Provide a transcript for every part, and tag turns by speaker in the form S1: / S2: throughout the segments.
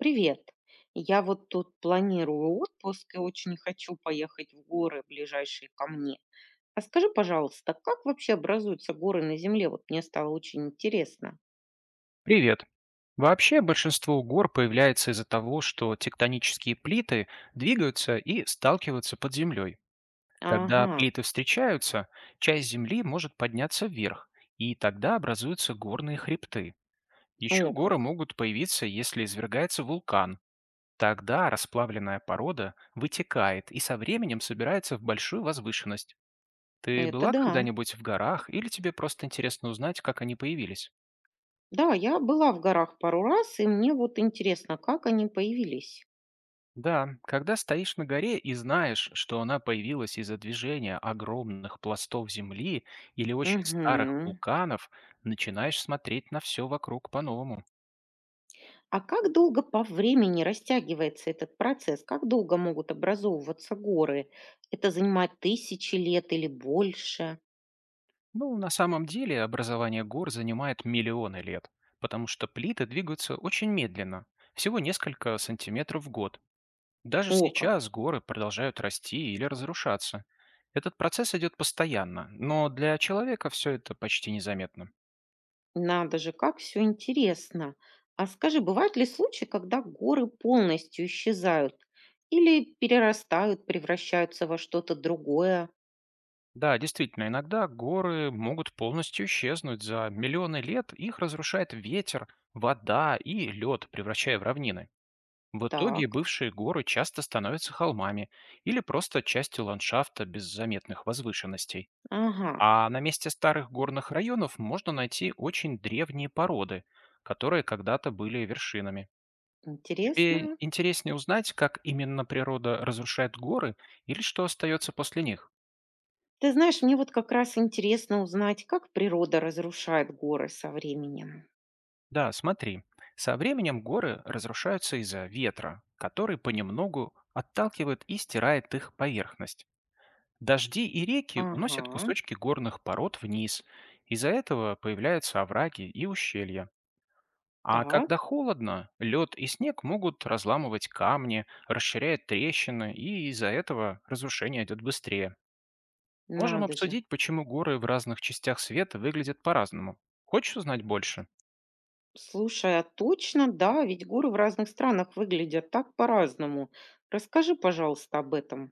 S1: Привет. Я вот тут планирую отпуск и очень хочу поехать в горы, ближайшие ко мне. А скажи, пожалуйста, как вообще образуются горы на Земле? Вот мне стало очень интересно.
S2: Привет. Вообще большинство гор появляется из-за того, что тектонические плиты двигаются и сталкиваются под землей. Когда
S1: Ага,
S2: плиты встречаются, часть земли может подняться вверх, и тогда образуются горные хребты. Еще
S1: о
S2: горы
S1: как.
S2: могут появиться, если извергается вулкан. Тогда расплавленная порода вытекает и со временем собирается в большую возвышенность. Ты
S1: Это
S2: была
S1: да.
S2: когда-нибудь в горах или тебе просто интересно узнать, как они появились?
S1: Да, я была в горах пару раз, и мне вот интересно, как они появились.
S2: Да, когда стоишь на горе и знаешь, что она появилась из-за движения огромных пластов земли или очень старых
S1: Угу.
S2: вулканов, начинаешь смотреть на все вокруг по-новому.
S1: А как долго по времени растягивается этот процесс? Как долго могут образовываться горы? Это занимает тысячи лет или больше?
S2: Ну, на самом деле образование гор занимает миллионы лет, потому что плиты двигаются очень медленно, всего несколько сантиметров в год. Даже
S1: О как.
S2: сейчас горы продолжают расти или разрушаться. Этот процесс идет постоянно, но для человека все это почти незаметно.
S1: Надо же, как все интересно. А скажи, бывают ли случаи, когда горы полностью исчезают или перерастают, превращаются во что-то другое?
S2: Да, действительно, иногда горы могут полностью исчезнуть. За миллионы лет их разрушает ветер, вода и лед, превращая в равнины. В итоге
S1: Так,
S2: бывшие горы часто становятся холмами или просто частью ландшафта без заметных возвышенностей.
S1: ага,
S2: А на месте старых горных районов можно найти очень древние породы, которые когда-то были вершинами. Тебе
S1: интересно.
S2: интереснее узнать, как именно природа разрушает горы или что остается после них?
S1: Ты знаешь, мне вот как раз интересно узнать, как природа разрушает горы со временем.
S2: Да, смотри, со временем горы разрушаются из-за ветра, который понемногу отталкивает и стирает их поверхность. Дожди и реки уносят
S1: Ага,
S2: кусочки горных пород вниз. Из-за этого появляются овраги и ущелья. А когда
S1: так,
S2: холодно, лед и снег могут разламывать камни, расширяют трещины, и из-за этого разрушение идет быстрее. Можем
S1: надо же.
S2: обсудить, почему горы в разных частях света выглядят по-разному. Хочешь узнать
S1: С-
S2: больше?
S1: Слушай, а точно, да, ведь горы в разных странах выглядят так по-разному. Расскажи, пожалуйста, об этом.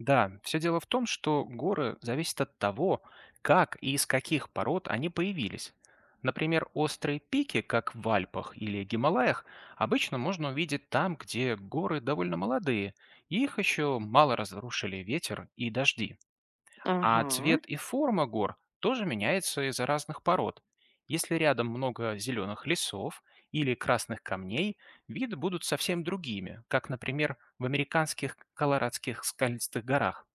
S2: Да, все дело в том, что горы зависят от того, как и из каких пород они появились. Например, острые пики, как в Альпах или Гималаях, обычно можно увидеть там, где горы довольно молодые, и их еще мало разрушили ветер и дожди. А
S1: Ага.
S2: цвет и форма гор тоже меняется из-за разных пород. Если рядом много зеленых лесов или красных камней, виды будут совсем другими, как, например, в американских Колорадских скалистых горах.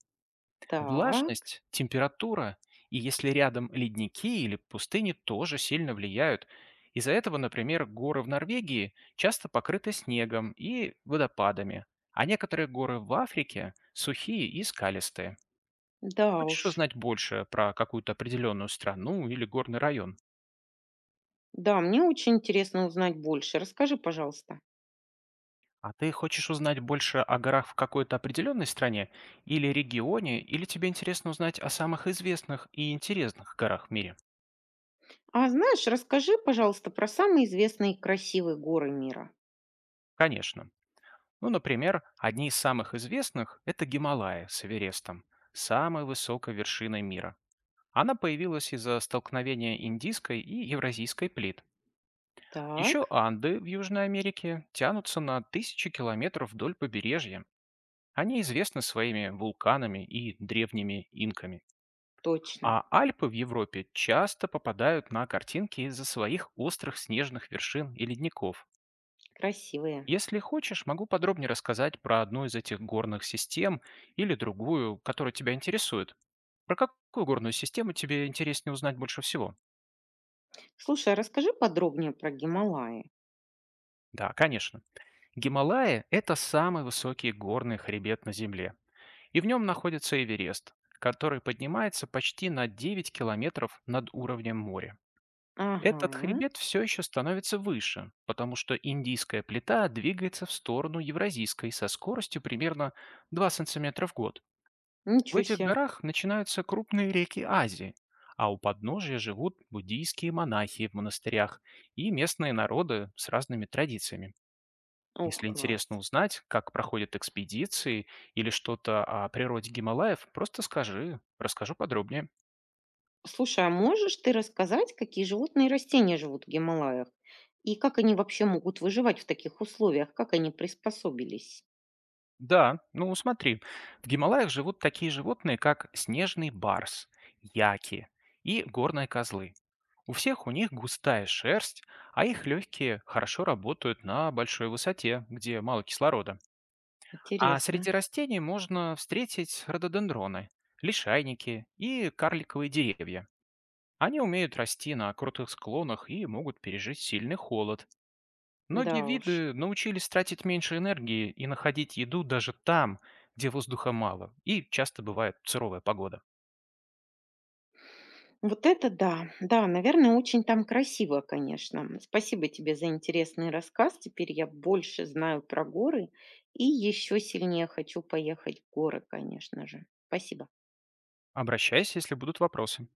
S1: Так,
S2: Влажность, температура и если рядом ледники или пустыни тоже сильно влияют. Из-за этого, например, горы в Норвегии часто покрыты снегом и водопадами, а некоторые горы в Африке сухие и скалистые.
S1: да уж.
S2: Хочешь узнать больше про какую-то определенную страну или горный район?
S1: Да, мне очень интересно узнать больше. Расскажи, пожалуйста.
S2: А ты хочешь узнать больше о горах в какой-то определенной стране или регионе, или тебе интересно узнать о самых известных и интересных горах в мире?
S1: А знаешь, расскажи, пожалуйста, про самые известные и красивые горы мира.
S2: Конечно. Ну, например, одни из самых известных– это Гималая с Эверестом, самой высокой вершиной мира. Она появилась из-за столкновения индийской и евразийской плит. Еще
S1: Так,
S2: Анды в Южной Америке тянутся на тысячи километров вдоль побережья. Они известны своими вулканами и древними инками.
S1: точно,
S2: А Альпы в Европе часто попадают на картинки из-за своих острых снежных вершин и ледников.
S1: красивые.
S2: Если хочешь, могу подробнее рассказать про одну из этих горных систем или другую, которая тебя интересует. Про какую горную систему тебе интереснее узнать больше всего?
S1: Слушай, а расскажи подробнее про Гималаи.
S2: Да, конечно. Гималаи– это самый высокий горный хребет на Земле. И в нем находится Эверест, который поднимается почти на 9 километров над уровнем моря.
S1: Ага,
S2: Этот хребет все еще становится выше, потому что индийская плита двигается в сторону евразийской со скоростью примерно 2 сантиметра в год. В
S1: ничего
S2: этих
S1: себе.
S2: горах начинаются крупные реки Азии, а у подножия живут буддийские монахи в монастырях и местные народы с разными традициями.
S1: Ох,
S2: Если
S1: класс.
S2: интересно узнать, как проходят экспедиции или что-то о природе Гималаев, просто скажи, расскажу подробнее.
S1: Слушай, а можешь ты рассказать, какие животные и растения живут в Гималаях? И как они вообще могут выживать в таких условиях? Как они приспособились?
S2: Да, ну смотри, в Гималаях живут такие животные, как снежный барс, яки и горные козлы. У всех у них густая шерсть, а их легкие хорошо работают на большой высоте, где мало кислорода. А
S1: Интересно.
S2: среди растений можно встретить рододендроны, лишайники и карликовые деревья. Они умеют расти на крутых склонах и могут пережить сильный холод.
S1: Да
S2: Многие
S1: уж.
S2: виды научились тратить меньше энергии и находить еду даже там, где воздуха мало и часто бывает суровая погода.
S1: Вот это да. Да, наверное, очень там красиво, конечно. Спасибо тебе за интересный рассказ. Теперь я больше знаю про горы и еще сильнее хочу поехать в горы, конечно же. Спасибо.
S2: Обращайся, если будут вопросы.